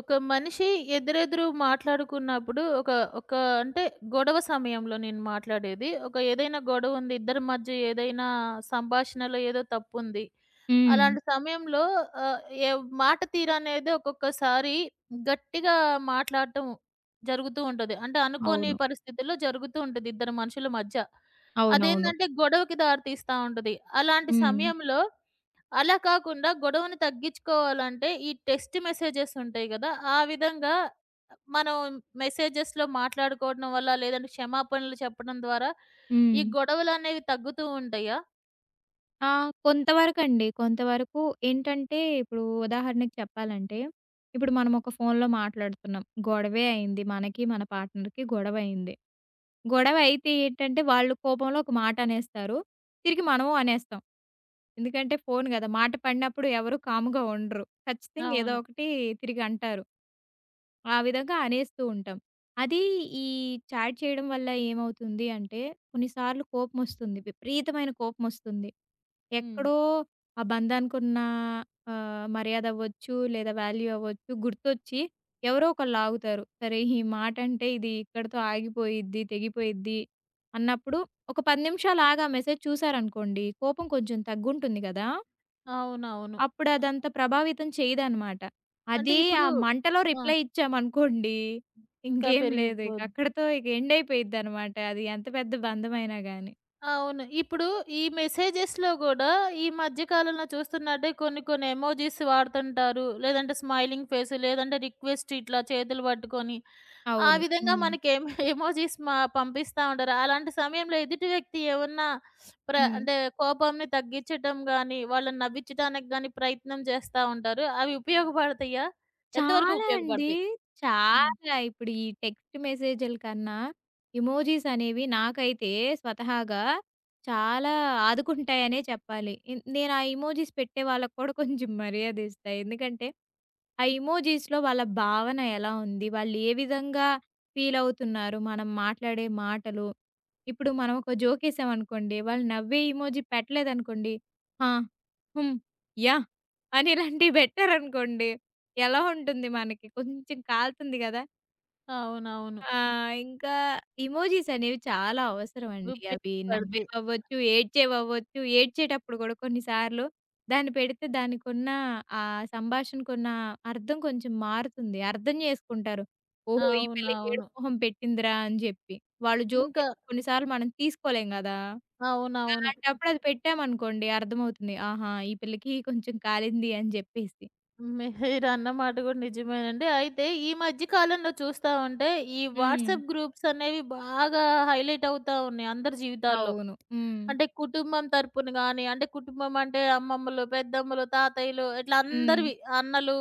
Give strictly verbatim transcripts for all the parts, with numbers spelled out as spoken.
ఒక మనిషి ఎదురెదురు మాట్లాడుకున్నప్పుడు ఒక ఒక అంటే గొడవ సమయంలో నేను మాట్లాడేది. ఒక ఏదైనా గొడవ ఉంది. ఇద్దరి మధ్య ఏదైనా సంభాషణలో ఏదో తప్పుంది. హ్మ్. అలాంటి సమయంలో ఆహ్, ఏ మాట తీరనేది ఒక్కొక్కసారి గట్టిగా మాట్లాడటం జరుగుతూ ఉంటది. అంటే అనుకోని అవును. పరిస్థితుల్లో జరుగుతూ ఉంటది ఇద్దరు మనుషుల మధ్య. అవునవును. అదేందంటే గొడవకి దారి తీస్తా ఉంటది. అలాంటి హ్మ్. సమయంలో అలా కాకుండా గొడవని తగ్గించుకోవాలంటే, ఈ టెక్స్ట్ మెసేజెస్ ఉంటాయి గదా! ఆ విధంగా మనం మెసేజెస్‌లో మాట్లాడుకోవడం వల్ల, లేదంటే క్షమాపణలు చెప్పడం ద్వారా హ్మ్. ఈ గొడవలనేవి తగ్గుతూ ఉంటాయా? ఆ! కొంతవరకండి. కొంతవరకు ఏంటంటే, ఇప్పుడు ఉదాహరణకి చెప్పాలంటే, ఇప్పుడు మనం ఒక ఫోన్‌లో మాట్లాడుతున్నాం. గొడవే అయింది. మనకి, మన పార్ట్నర్‌కి గొడవ అయింది. గొడవ అయితే ఏంటంటే, వాళ్ళు కోపంలో ఒక మాట అనేస్తారు. తిరిగి మనము అనేస్తాం. ఎందుకంటే, ఫోను గదా! మాట పడినప్పుడు ఎవరు కామ్‌గా ఉండరు. ఖచ్చితంగా ఏదో అవును. ఒకటి తిరిగి అంటారు. ఆ విధంగా అనేస్తూ ఉంటాం. అది ఈ చాట్ చేయడం వల్ల ఏమవుతుంది అంటే, కొన్నిసార్లు కోపమొస్తుంది. విపరీతమైన కోపమొస్తుంది. హ్మ్. ఎక్కడో ఆ బంధానికున్న ఆహ్, మర్యాద అవ్వచ్చు, లేదా వాల్యూ అవ్వచ్చు గుర్తొచ్చి ఎవరో ఒకళ్ళు ఆగుతారు. సరే ఈ మాటంటే ఇది ఇక్కడితో ఆగిపోయిద్ది, తెగిపోయిద్ది అన్నప్పుడు ఒక పది నిమిషాలు ఆగి ఆ మెసేజ్ చూసారనుకోండి, కోపం కొంచెం తగ్గుంటుంది గదా! అవునవును. అప్పుడదంత ప్రభావితం చేయదనమాట. అంటే అదే ఆ ఇప్పుడు మంటలో ఆ! రిప్లై ఇచ్చామనుకోండి, ఇంకా ఇంకేం లేదు ఇక. పెరిగిపోద్ది. అక్కడితో ఇక ఎండ్ అయిపోయిద్దనమాట. అది ఎంత పెద్ద బంధమైనా గాని. అవును. ఇప్పుడు ఈ మెసేజెస్‌లో గూడా ఈ మధ్య కాలంలో చూస్తున్నట్టే కొన్ని కొన్ని ఎమోజిస్ వాడుతుంటారు. లేదంటే స్మైలింగ్ ఫేస్, లేదంటే రిక్వెస్ట్ ఇట్లా చేతులు పట్టుకొని, ఆ అవును. విధంగా హ్మ్. మనకి ఎమ్ ఎమోజిస్ మా పంపిస్తా ఉంటారు. అలాంటి సమయంలో ఎదుటి వ్యక్తి ఏమన్నా ప్ర హ్మ్. అంటే కోపంని తగ్గించటం గాని, వాళ్ళని నవ్వించడానికి గాని ప్రయత్నం చేస్తా ఉంటారు. అవి ఉపయోగపడతాయా? ఎంతవరకు చాలా అండి. ఉపయోగపడతాయి? హ్మ్. చాలా. ఇప్పుడు ఈ టెక్స్ట్ మెసేజుల కన్నా ఎమోజీస్ అనేవి నాకైతే స్వతహాగా చాలా ఆదుకుంటాయనే చెప్పాలి. ఇన్ నేను ఆ ఎమోజీస్ పెట్టే వాళ్ళకి కూడా కొంచెం మర్యాదిస్తా. ఎందుకంటే ఆ ఇమోజీస్‌లో వాళ్ళ భావన ఎలా ఉంది? వాళ్ళు ఏ విధంగా ఫీలవుతున్నారు? మనం మాట్లాడే మాటలు. ఇప్పుడు మనం ఒక జోకేసామనుకోండి, వాళ్ళు నవ్వే ఇమోజీ పెట్టలేదనుకోండి, ఆ! హ్మ్. యాహ్! అని ఇలాంటివి బెట్టారనుకోండి, ఎలా ఉంటుంది మనకి? కొంచెం కాలుతుంది గదా! అవునవును. ఆ! ఇంకా ఎమోజిస్ అనేవి చాలా అవసరమండి. అవి ఉపయోగపడతాయి. నవ్వేవవ్వచ్చు, ఏడ్చేవవ్వచ్చు. ఏడ్చేటప్పుడు కూడా కొన్ని సార్లు దాన్ని పెడితే దానికున్న ఆ సంభాషణకున్న అర్థం కొంచెం మారుతుంది. అర్థం చేసుకుంటారు. ఓహో! ఈ పిల్ల అవునవును. ఏడుపు మొహం పెట్టిందిరా అని చెప్పి. వాళ్ళు ఇంకా జోకేస్తే కొన్ని సార్లు మనం తీసుకోలేం గదా! అవునవును. అలాంటప్పుడు అది పెట్టామనుకోండి అర్థమవుతుంది. ఆహా! ఈ పిల్లకి కొంచెం కాలింది అని చెప్పేసి. మీరన్న మాట కూడా నిజమేనండి. అయితే ఈ మధ్య కాలంలో చూస్తా ఉంటే, ఈ హ్మ్. వాట్సాప్ గ్రూప్స్ అనేవి బాగా హైలైట్ అవుతా ఉన్నాయి అందరి జీవితాల్లో. అవును. హ్మ్. అంటే కుటుంబం తరపున గాని, అంటే కుటుంబం అంటే అమ్మమ్మలు, పెద్దమ్మలు, తాతయ్యలు ఇట్లా హ్మ్. అందరివి అన్నలు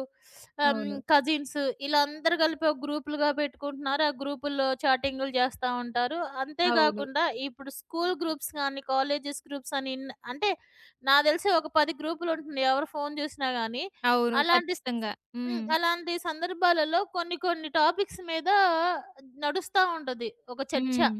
ఆహ్, అవును. హ్మ్, కజిన్స్ ఇలా అందరూ కలిపి ఒక గ్రూపులుగా పెట్టుకుంటున్నారు. ఆ గ్రూపుల్లో చాటింగులు చేస్తా ఉంటారు. అవును. అంతేకాకుండా ఇప్పుడు స్కూల్ గ్రూప్స్ గాని, కాలేజెస్ గ్రూప్స్ అని ఇన్ అంటే నాకు తెలిసి ఒక పది గ్రూపులుంటుంది ఎవరు ఫోను చూసినా గాని. అవును. అలాంటి ఖచ్చితంగా. హ్మ్. హ్మ్. అలాంటి సందర్భాలలో కొన్ని కొన్ని టాపిక్స్ మీద నడుస్తా ఉంటది ఒక చర్చ. హ్మ్.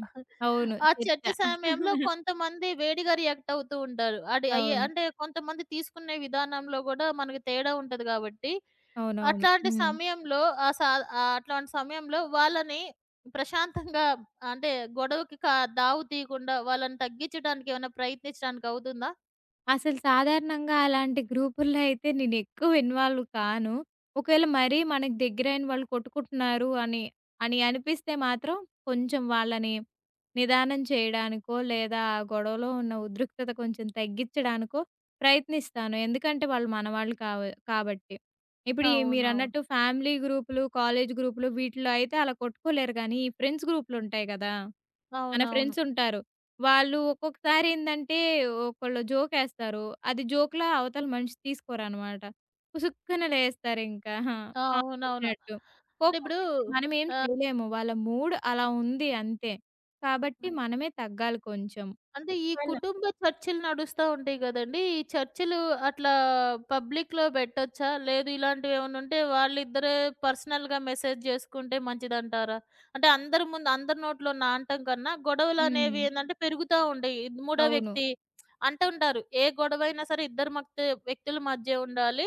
అవును. ఆ చర్చ. చర్చ సమయంలో కొంతమంది వేడిగా రియాక్ట్ అవుతూ ఉంటారు. అది అయ్యే అవును. అంటే కొంతమంది తీసుకునే విధానంలో గూడా మనకి తేడా ఉంటది గాబట్టి, అవునవును. అట్లాంటి హ్మ్. సమయంలో ఆ సా ఆహ్, అట్లాంటి సమయంలో వాళ్ళని ప్రశాంతంగా అంటే గొడవకి కా దావు తీయకుండా వాళ్ళని తగ్గించడానికి ఏమైనా ప్రయత్నించడానికి అవుతుందా? అసలు సాధారణంగా అలాంటి గ్రూపుల్లో అయితే నేనెక్కువ ఇన్వాల్వ్ కాను. ఒకవేళ మరీ మనకు దగ్గరైన వాళ్ళు కొట్టుకుంటున్నారు అని, అని అనిపిస్తే మాత్రం కొంచెం వాళ్ళని నిదానం చేయడానికో, లేదా ఆ గొడవలో ఉన్న ఉద్రిక్తత కొంచెం తగ్గిచ్చడానికో ప్రయత్నిస్తాను. ఎందుకంటే వాళ్ళు మన వాళ్ళు కావ కాబట్టి. ఇప్పుడు ఈ అవునవును. మీరన్నట్టు ఫ్యామిలీ గ్రూపులు, కాలేజ్ గ్రూపులు వీటిలో అయితే అలా కొట్టుకోలేరు గానీ, ఈ ఫ్రెండ్స్ గ్రూపులుంటాయి గదా! మన అవునవును. ఫ్రెండ్సుంటారు. వాళ్ళు ఒక్కొక్కసారి ఏందంటే, ఒకళ్ళు జోకేస్తారు. అది జోక్‌లా అవతల మనిషి తీసుకోరనమాట. పుసుక్కున లేస్తారింకా. ఆ! ఆ! పాము అవునవును. లేచినట్టు. అంటే ఇప్పుడు కోపమొచ్చేసిద్ది. మనమేం ఆహ్ చేయలేము. వాళ్ళ మూడ్ అలా ఉంది అంతే. కాబట్టి మనమే తగ్గాలి కొంచెం. అంటే ఈ ఒకవేళ కుటుంబ చర్చలు నడుస్తా ఉంటాయి గదండీ! ఈ చర్చలు అట్లా పబ్లిక్‌లో పెట్టొచ్చా? లేదు ఇలాంటివేమన్నా ఉంటే వాళ్ళిద్దరే పర్సనల్‌గా మెసేజ్ జేసుకుంటే మంచిదంటారా? అంటే అందరి ముందు అందరి నోట్లో నానటం కన్నా గొడవలనేవి హ్మ్. ఏందంటే పెరుగుతా ఉండయి. ఇది మూడో అవును. వ్యక్తి అంటుంటారు. ఏ గొడవైనా సరే ఇద్దరు మక్తె వ్యక్తుల మధ్య ఉండాలి.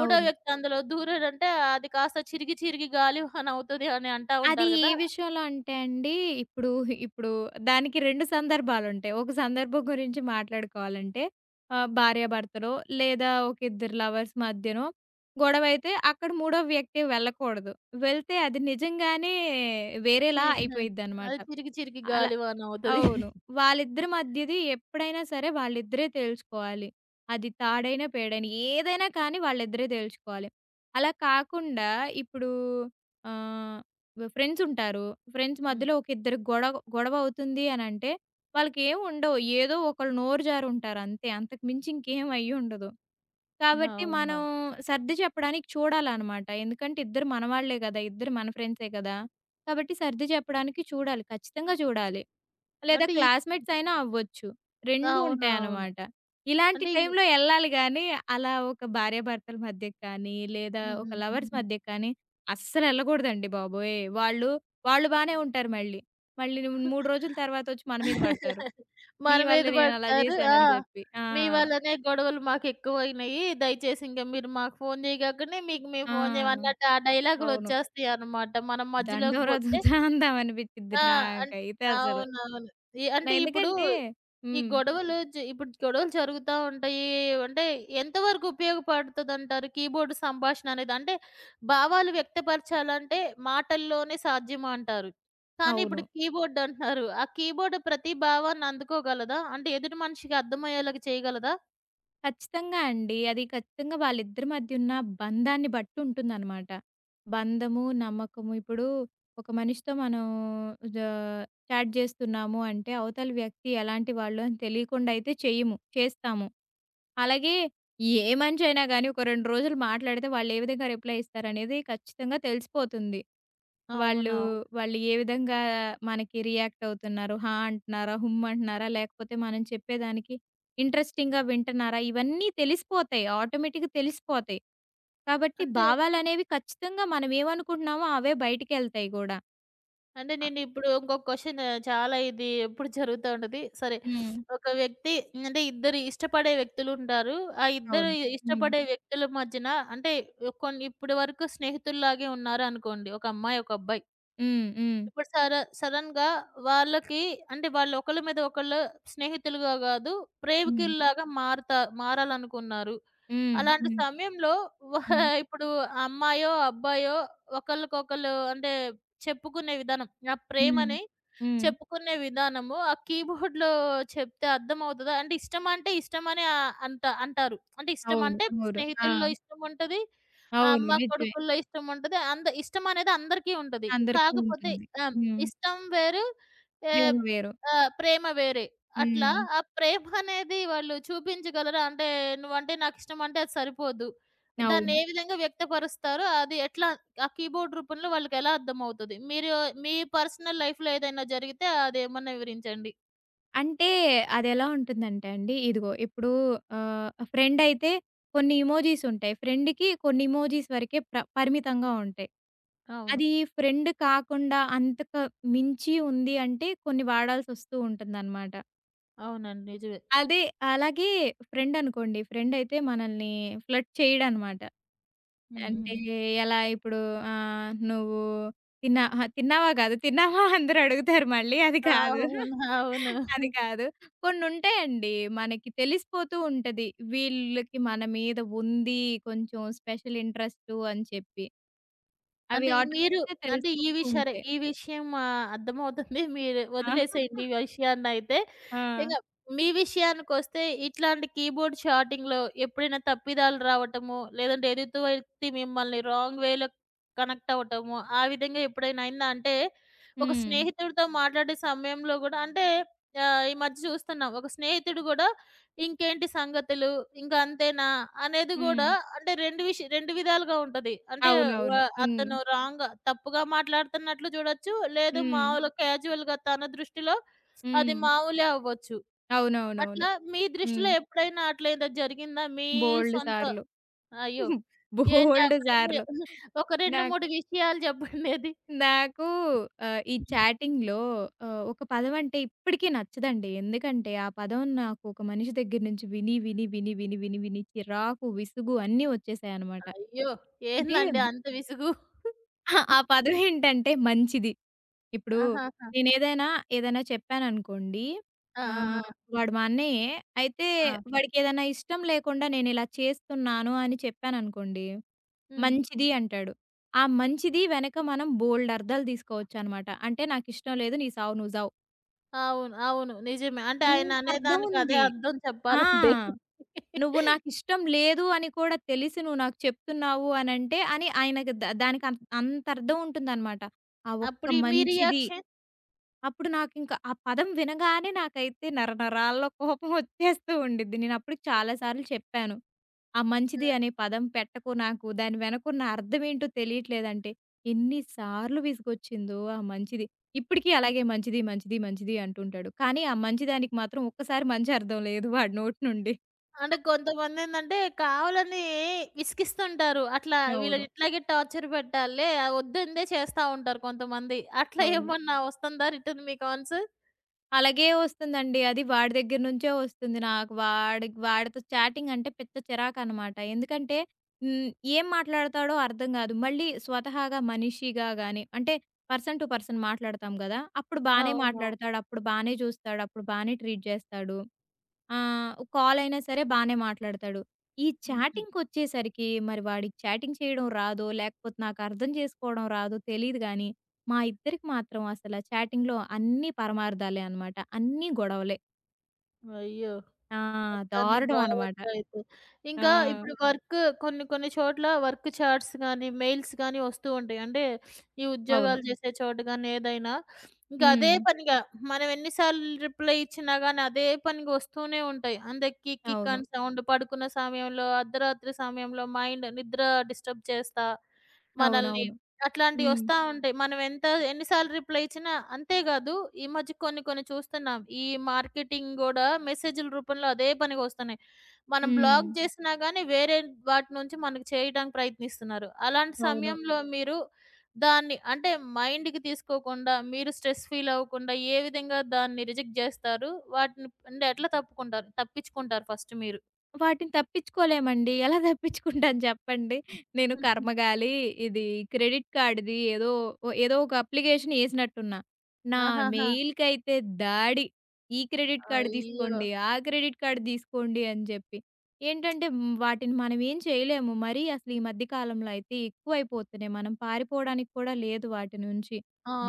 మూడో అవును. వ్యక్తి అందులో దూరాడంటే అది కాస్త చిరిగి చిరిగి గాలివాన అవుతది అని అంటా అది ఉంటారు ఏ గదా! విషయంలో అంటే అండి, ఇప్పుడు, ఇప్పుడు దానికి రెండు సందర్భాలుంటాయి. ఒక సందర్భం గురించి మాట్లాడుకోవాలంటే ఆహ్, భార్యాభర్తలో లేదా ఒక ఇద్దరు లవర్స్ మధ్యనో గొడవైతే అక్కడ మూడో వ్యక్తి వెళ్ళకూడదు. వెళ్తే అది నిజంగానే చి వేరేలా అయిపోయిద్దనమాట. అది చిరిగి చిరిగి అలా గాలివాన అవుతది. అవును. వాళ్ళిద్దరి మధ్యది ఎప్పుడైనా సరే వాళ్ళిద్దరే తేల్చుకోవాలి. అది తాడైనా, పేడైనా ఏదైనా కానీ వాళ్ళిద్దరే తేల్చుకోవాలి. అలా కాకుండా ఇప్పుడు ఆహ్, వ్ ఫ్రెండ్స్ ఉంటారు. ఫ్రెండ్స్ హ్మ్. మధ్యలో ఒక ఇద్దరు గొడవ గొడవ అవుతుంది అనంటే వాళ్ళకేం ఉండవు. ఏదో ఒకళ్ళు నోరు జారుంటారు అంతే. అంతకు మించి ఇంకేం అయ్యుండదు. కాబట్టి మనం అవును. సర్ది చెప్పడానికి చూడాలనమాట. ఎందుకంటే ఇద్దరు మనవాళ్ళే గదా! ఇద్దరు మన ఫ్రెండ్సే గదా! కాబట్టి సర్ది చెప్పడానికి చూడాలి. ఖచ్చితంగా చూడాలి. లేదా అంటే ఈ క్లాస్‌మేట్స్ అయినా అవ్వచ్చు. రెండు అవునవును. ఉంటాయన్నమాట. ఇలాంటి అంటే ఈ టైంలో ఎళ్ళాలి గానీ, అలా ఒక భార్యాభర్తల మధ్యకి కానీ, లేదా హ్మ్. ఒక హ్మ్. లవర్స్ హ్మ్. మధ్యకి కానీ అస్సలెళ్ళకూడదండి బాబోయ్! వాళ్ళు, వాళ్ళు బానే ఉంటారు మళ్ళీ. మళ్ళీ మూడు రోజుల తర్వాత వచ్చి మన మీద పడతారు. నీ మన మీద వల్లే నేనలా పడతారు. ఆ! జేశానని జెప్పి. ఆ! మీ వల్లనే గొడవలు మాకెక్కువయినయి. దయచేసి ఇంక మీరు మాకు ఫోను చేయగాకనే మీకు మేము ఆ! ఫోను చేయము అన్నట్టు ఆ అవును. డైలాగులొచ్చేస్తాయన్నమాట. మనం మధ్యలోకి దండోరా పోతే దుదాందం అనిపిచ్చిద్ది ఆ! అన్ నాకైతే అసలు. అవునవును. ఈ నా అంటే ఇప్పుడు ఎందుకంటే ఈ హ్మ్. గొడవలు జ ఇప్పుడు గొడవలు జరుగుతా ఉంటాయి. అంటే ఎంతవరకు ఉపయోగపడుతదంటారు? కీబోర్డ్ సంభాషణ అనేది అంటే భావాలు వ్యక్తపరచాలంటే మాటల్లోనే సాధ్యమా అంటారు. కానీ అవును. ఇప్పుడు కీబోర్డ్ అంటున్నారు. ఆ కీబోర్డ్ ప్రతి భావాన్ని అందుకోగలదా? అంటే ఎదుటి మనిషికి అర్థమయ్యేలాగా చేయగలదా? ఖచ్చితంగా అండి. అది ఖచ్చితంగా వాళ్ళిద్దరి మధ్యున్న బంధాన్ని బట్టి ఉంటుందనమాట. బంధము, నమ్మకము ఇప్పుడు ఒక మనిషితో మనం జ చాట్ చేస్తున్నాము అంటే అవతల వ్యక్తి ఎలాంటి వాళ్ళు అని తెలియకుండా అయితే చెయ్యము, చేస్తాము. అలాగే ఏ మనిషైనా గానీ ఒక రెండు రోజులు మాట్లాడితే వాళ్ళు ఏ విధంగా రిప్లై ఇస్తారనేది ఖచ్చితంగా తెలిసిపోతుంది. వాళ్ళు, అవునవును. వాళ్ళు ఏ విధంగా మనకి రియాక్ట్ అవుతున్నారు. హా! అంటున్నారా? హుమ్ అంటున్నారా? లేకపోతే మనం చెప్పేదానికి ఇంట్రెస్టింగ్‌గా వింటున్నారా? ఇవన్నీ తెలిసిపోతాయి. ఆటోమేటిక్‌గా తెలిసిపోతాయి. కాబట్టి అంటే భావాలనేవి ఖచ్చితంగా మనం ఏమనుకుంటున్నామో అవే బయటికెళ్తాయి గూడా. అంటే ఆ! నేనిప్పుడు ఇంకొక క్వెషన్ చాలా ఇది ఎప్పుడు జరుగుతా ఉంటది. సరే హ్మ్. ఒక వ్యక్తి అంటే ఇద్దరు ఇష్టపడే వ్యక్తులుంటారు. ఆ ఇద్దరు అవును. హ్మ్. ఇష్టపడే వ్యక్తుల మధ్యన అంటే కొన్ని ఇప్పటి వరకు స్నేహితుల్లాగే ఉన్నారనుకోండి. ఒక అమ్మాయి, ఒక అబ్బాయి. హ్మ్. హ్మ్. ఇప్పుడు సర సడెన్‌గా వాళ్ళకి అంటే వాళ్ళు ఒకళ్ళ మీద ఒకళ్ళు స్నేహితులుగా గాదు, హ్మ్. ప్రేమికుల్లాగా మారతా మారాలనుకున్నారు. హ్మ్. హ్మ్. అలాంటి హ్మ్. సమయంలో వ హ్మ్. ఇప్పుడు అమ్మాయో, అబ్బాయో ఒకళ్ళకొకళ్ళు అంటే చెప్పుకునే విధానం ఆ హ్మ్. ప్రేమని హ్మ్. చెప్పుకునే విధానము ఆ కీబోర్డ్‌లో చెప్తే అర్థమవుతదా? అంటే ఇష్టమంటే ఇష్టమనే ఆహ్, అంట అంటారు. అంటే అవును. ఇష్టమంటే అవును. ఆ! స్నేహితుల్లో ఇష్టముంటది. అవును. అమ్మ, నిజమే. కొడుకుల్లో ఇష్టముంటది. అంద ఇష్టమనేది అందరికీ ఉంటది. అందరికీ కాకపోతే ఉంటుంది. ఆ! హ్మ్. ఇష్టం వేరు. ఏ ప్రేమ వేరు. ఆహ్, ప్రేమ వేరే. అట్లా హ్మ్. ఆ ప్రేమనేది వాళ్ళు చూపించగలరా? అంటే నువ్వంటే నాకిష్టమంటే అది సరిపోదు. దాన్ని అవును. ఏ విధంగా వ్యక్తపరుస్తారో అది ఎట్లా ఆ కీబోర్డ్ రూపంలో వాళ్ళకెలా అర్థమవుతది. మీరు మీ పర్సనల్ లైఫ్‌లో ఏదైనా జరిగితే అదేమన్నా వివరించండి. అంటే అదెలా ఉంటుందంటే అండి, ఇదిగో ఇప్పుడు ఆహ్, ఫ్రెండ్ అయితే కొన్ని ఇమోజిస్ ఉంటాయి. ఫ్రెండ్‌కి కొన్ని ఇమోజిస్ వరకే ప్ర పరిమితంగా ఉంటాయి. అవును. అది ఫ్రెండ్ కాకుండా అంతకు మించి ఉంది అంటే కొన్ని వాడాల్సొస్తూ ఉంటుందనమాట. అవునండి. నిజమే. అదే. అలాగే ఫ్రెండనుకోండి. ఫ్రెండయితే మనల్ని ఫ్లర్ట్ చేయడనమాట. హ్మ్. అంటే హ్మ్. ఎలా ఇప్పుడు ఆహ్, "నువ్వు తిన్నా అహా! తిన్నావా కాదు. తిన్నావా?" అందరూ అడుగుతారు మళ్ళీ. అది కాదు. అవును. అవును. అది కాదు. కొన్నుంటాయండి. మనకి తెలిసిపోతూ ఉంటది. వీళ్ళకి మన మీద ఉంది కొంచెం స్పెషల్ ఇంట్రెస్టు అని చెప్పి. అవి అంటే మీరు ఆటోమేటిక్‌గా అంటే ఈ తెలిసిపోతూ విష సరే ఉంటాయి. ఈ విషయం ఆహ్, అర్థమవుతుంది. మీరు ఆ! వదిలేసేయండి ఈ విషయాన్నయితే. ఆ! ఇంగ మీ విషయానికొస్తే ఇట్లాంటి కీబోర్డ్ షార్టింగ్‌లో ఎప్పుడైనా తప్పిదాలు రావటము, లేదంటే ఎదుటి వ్యక్తి మిమ్మల్ని రాంగ్ వేలో కనెక్ట్ అవ్వటము, ఆ విధంగా ఎప్పుడైనా అయిందా? అంటే ఒక హ్మ్. స్నేహితుడితో మాట్లాడే సమయంలో గూడా అంటే ఆహ్, ఈ మధ్య చూస్తున్నాం. ఒక స్నేహితుడు గూడా ఇంకేంటి సంగతులు? ఇంకా అంతేనా? అనేది హ్మ్. గూడా అంటే రెండు విష్ రెండు విధాలుగా ఉంటది. అంటే వ అవునవును. హ్మ్. హ్మ్. అతను రాంగ్‌గా తప్పుగా మాట్లాడుతున్నట్లు చూడొచ్చు. లేదు హ్మ్. హ్మ్. మామూలు క్యాజువల్‌గా తన దృష్టిలో అది హ్మ్. మామూలే అవ్వచ్చు. అవునవునవును. అట్లా మీ దృష్టిలో హ్మ్. ఎప్పుడైనా అట్లా ఏదో జరిగిందా? మీ బోలెడు సొంత సార్లు. అయ్యో! ఏంటి ఆ బోలెడు ఒక 2 సార్లు. ఒక రెండు, నాకు మూడు విషయాలు చెప్పండి అది? నాకు ఆహ్, ఈ చాటింగ్‌లో ఆహ్, ఒక పదం అంటే ఇప్పటికీ నచ్చదండి. ఎందుకంటే ఆ పదం నాకు ఒక మనిషి దగ్గర నుంచి విని, విని, విని, విని, విని, విని చిరాకు, విసుగు అన్నీ వచ్చేసాయన్నమాట. అయ్యో! అంటే ఏందండి అంత విసుగు? ఆ పదం ఏంటంటే మంచిది. ఇప్పుడు ఆహాహా! నేనేదైనా, ఏదైనా చెప్పాననుకోండి ఆ! ఆహ్, ఆ! వాడు మా అన్నయ్యే. అయితే ఆ! ఆ! వాడికేదైనా ఇష్టం లేకుండా నేనిలా చేస్తున్నాను అని చెప్పాననుకోండి, హ్మ్. మంచిది అంటాడు. ఆ మంచిది వెనక మనం బోలెడు అర్థాలు తీసుకోవచ్చనమాట. అంటే నాకిష్టం లేదు, నీ సావు నువ్వు సావు. అవును. అవును. నిజమే. అంటే ఇంత ఆయన అర్థం అనేదానికి అదే ఉంది. అర్థం ఆ! చెప్పాలంటే. నువ్వు నాకిష్టం లేదు అని కూడా తెలిసి నువ్వు నాకు చెప్తున్నావు అనంటే అని ఆయనకి ద దానికి అంత అంత అర్థం ఉంటుందనమాట. ఆ ఒక్క అప్పుడు ఈ మీ మంచిది రియాక్షన్? అప్పుడు నాకింక ఆ పదం వినగానే నాకైతే నరనరాల్లో కోపం వచ్చేస్తూ ఉండిద్ది. నేనప్పటికి చాలా సార్లు చెప్పాను. ఆ మంచిది ఆ! అనే పదం పెట్టకు నాకు. దాని వెనకున్న అర్థమేంటో తెలియట్లేదంటే, ఎన్ని సార్లు విసుగొచ్చిందో ఆ మంచిది. ఇప్పటికి హ్మ్. అలాగే మంచిది, మంచిది, మంచిది అంటుంటాడు. కానీ ఆ మంచిదానికి మాత్రం ఒక్కసారి మంచి అర్థం లేదు వాడి నోటి నుండి. అంటే కొంతమందేందంటే కావాలని విసిగిస్తుంటారు. అట్లా అవును. వీళ్ళని ఇట్లాగే టార్చర్ పెట్టాలిలే వద్దందే చేస్తా ఉంటారు కొంతమంది. అట్లా అవును. ఏమన్నా వస్తుందా రిటర్న్ మీకు ఆన్సర్? అలాగే వస్తుందండి. అది వాడి దగ్గర నుంచే వస్తుంది. నాకు వాడి వాడితో చాటింగ్ అంటే పిచ్చ చిరాకనమాట. ఎందుకంటే హ్మ్. ఏం మాట్లాడతాడో అర్థం గాదు. మళ్ళీ స్వతహాగా మనిషిగా గాని అంటే పర్సన్ టు పర్సన్ మాట్లాడతాం గదా! అప్పుడు బానే అవునవును. మాట్లాడతాడు. అప్పుడు బానే చూస్తాడు. అప్పుడు బానే ట్రీట్ జేస్తాడు. ఆ! కాల్ అయినా సరే బానే మాట్లాడతాడు. ఈ హుహు. చాటింగ్‌కొచ్చేసరికి మరి వాడికి చాటింగ్ చేయడం రాదో, లేకపోతే నాకు అర్థం చేసుకోవడం రాదో తెలీదు గానీ, మా ఇద్దరికి మాత్రం అసల చాటింగ్‌లో అన్నీ పరమార్థాలే అనమాట. అన్నీ గొడవలే. అయ్యో! ఆ! మొత్తానికి దారుణం అనమాట. బాగుందయితే. ఆ! ఇంకా ఇప్పుడు వర్క్ కొన్ని కొన్ని చోట్ల వర్క్ చాట్స్ గానీ, మెయిల్స్ గానీ వస్తూ ఉంటాయి. అంటే ఈ అవును. ఉద్యోగాలు చేసే చోట గానీ ఏదైనా, ఇంకా అదే హ్మ్. పనిగా మనం ఎన్ని సార్లు రిప్లై ఇచ్చినా గానీ అదే పనిగా వస్తూనే ఉంటాయి. అంతే కిక్ కిక్ అవును. అని సౌండ్ పడుకున్న సమయంలో, అర్ధరాత్రి సమయంలో మైండ్ నిద్ర డిస్టర్బ్ చేస్తా మనల్ని అవునవును. హ్మ్. అట్లాంటియొస్తా ఉంటాయి. మనం ఎంత ఎన్ని సార్లు రిప్లై ఇచ్చినా అంతే గాదు, ఈ మధ్య కొన్ని కొన్ని చూస్తున్నాం. ఈ మార్కెటింగ్ గూడా మెసేజుల రూపంలో అదే పనికొస్తున్నాయి. మనం హ్మ్. బ్లాక్ చేసినా గానీ వేరే వాటి నుంచి మనకు చేయడానికి ప్రయత్నిస్తున్నారు. అలాంటి అవును. సమయంలో మీరు దాన్ని అంటే మైండ్‌కి తీసుకోకుండా, మీరు స్ట్రెస్ ఫీల్ అవ్వకుండా ఏ విధంగా దాన్ని రిజెక్ట్ జేస్తారు? వాటిని అంటే ఎట్లా తప్పుకుంటారు? తప్పించుకుంటారు ఫస్ట్ మీరు? వాటిని తప్పించుకోలేమండి. ఎలా తప్పించుకుంటాను చెప్పండి. నేను కర్మగాలి ఇది క్రెడిట్ కార్డ్‌ది ఏదో ఓ- ఏదో ఒక అప్లికేషన్ ఏసినట్టున్నా. నా ఆహాహా! మెయిల్‌కైతే దాడి. ఈ క్రెడిట్ కార్డ్ అయ్యో! తీసుకోండి, ఆ క్రెడిట్ కార్డ్ తీసుకోండి అని చెప్పి. ఏంటంటే హ్మ్, వాటిని మనం ఏం చేయలేము. మరీ అసలు ఈ మధ్య కాలంలో అయితే ఎక్కువైపోతున్నాయి. మనం పారిపోవడానికి కూడా లేదు వాటి నుంచి.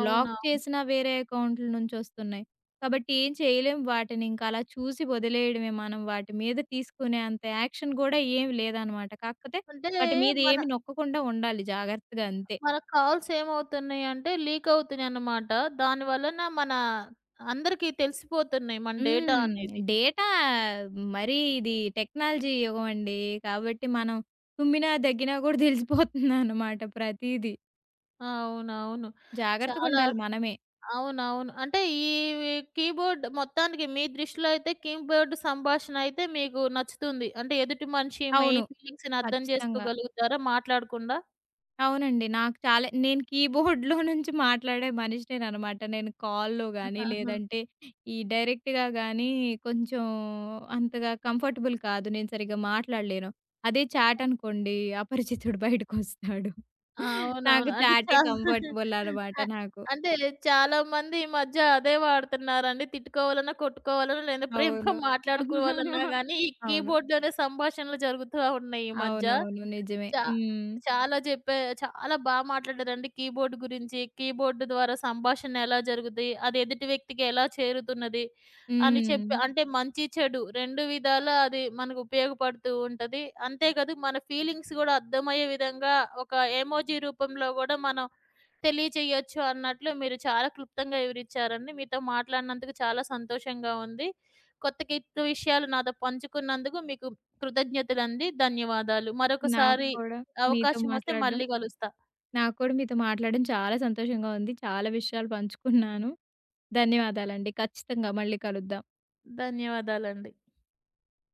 బ్లాక్ చేసినా వేరే అకౌంట్‌ల నుంచొస్తున్నాయి. కాబట్టి ఏం చేయలేం వాటినింక. అలా చూసి వదిలేయడమే మనం. వాటి మీద తీసుకునే అంత యాక్షన్ గూడా ఏమి లేదనమాట. కాకపోతే అంటే వాటి మీద మన ఏమి నొక్కకుండా ఉండాలి జాగ్రత్తగా అంతే. మన కాల్స్ ఏమవుతున్నాయంటే లీకవుతున్నాయన్నమాట. దాని వలన మన అందరికీ తెలిసిపోతున్నాయి మన డేటా హ్మ్. అనేది. డేటా మరీ ఇది టెక్నాలజీ యుగం అండి. కాబట్టి మనం తుమ్మినా, దగ్గినా గూడా తెలిసిపోతుందనమాట ప్రతీదీ. అవునవును. చాలా జాగ్రత్తగుండాలి మనమే. అవునవును. అంటే ఈ కీబోర్డ్ మొత్తానికి మీ దృష్టిలో అయితే కీబోర్డ్ సంభాషణ అయితే మీకు నచ్చుతుంది. అంటే ఎదుటి మనిషి మీ అవును. ఫీలింగ్స్‌ని అర్థం ఖచ్చితంగా. చేసుకోగలుగుతారా మాట్లాడకుండా? అవునండి. నాకు చాలా నేను కీబోర్డ్‌లో నుంచి మాట్లాడే మనిషినేననమాట. నేను కాల్‌లో గాని, ఆహా! లేదంటే ఈ డైరెక్ట్‌గా గాని కొంచెం అంతగా కంఫర్టబుల్ కాదు. నేను సరిగ్గా మాట్లాడలేను. అదే చాట్ అనుకోండి అపరిచితుడు బయటకొస్తాడు. నాకు అవునవును. అంటే చాటే చా కంఫర్టబుల్ అనమాట అ నాకు. అంటే చాలా మంది ఈ మధ్య అదే వాడుతున్నారండి. తిట్టుకోవాలన్నా, కొట్టుకోవాలన్నా లేదా ప్రేమగా అవును. మాట్లాడుకోవాలన్నా గానీ, ఈ అవును. కీబోర్డ్‌లోనే సంభాషణలు జరుగుతా ఉన్నాయి ఈ మధ్య. అవునవును. నిజమే. చా హ్మ్. చాలా చెప్పా చాలా బాగా మాట్లాడారండి కీబోర్డ్ గురించి. కీబోర్డ్ ద్వారా సంభాషణ ఎలా జరుగుద్ది? అది ఎదుటి వ్యక్తికి ఎలా చేరుతున్నది? అని చెప్పి హ్మ్. అంటే మంచి, చెడు రెండు విధాలా అది మనకు ఉపయోగపడుతూ ఉంటది. అంతే కాదు మన ఫీలింగ్స్ గూడా అర్థమయ్యే విధంగా ఒక ఎమోజీ రూపంలో గూడా మనం తెలియజేయొచ్చు అన్నట్లు మీరు చాలా క్లుప్తంగా వివరించారండి. మీతో మాట్లాడినందుకు చాలా సంతోషంగా ఉంది. కొత్త గిఫ్ట్ విషయాలు నాతో పంచుకున్నందుకు మీకు కృతజ్ఞతలండి. ధన్యవాదాలు. నాకు మరొకసారి హ్మ్. కూడా మీతో అవకాశం వస్తే మాట్లాడడం మళ్ళీ కలుస్తా. నాకు కూడా మీతో మాట్లాడడం చాలా సంతోషంగా ఉంది. చాలా విషయాలు పంచుకున్నాను. ధన్యవాదాలండి. ఖచ్చితంగా మళ్ళీ కలుద్దాం. ధన్యవాదాలండి.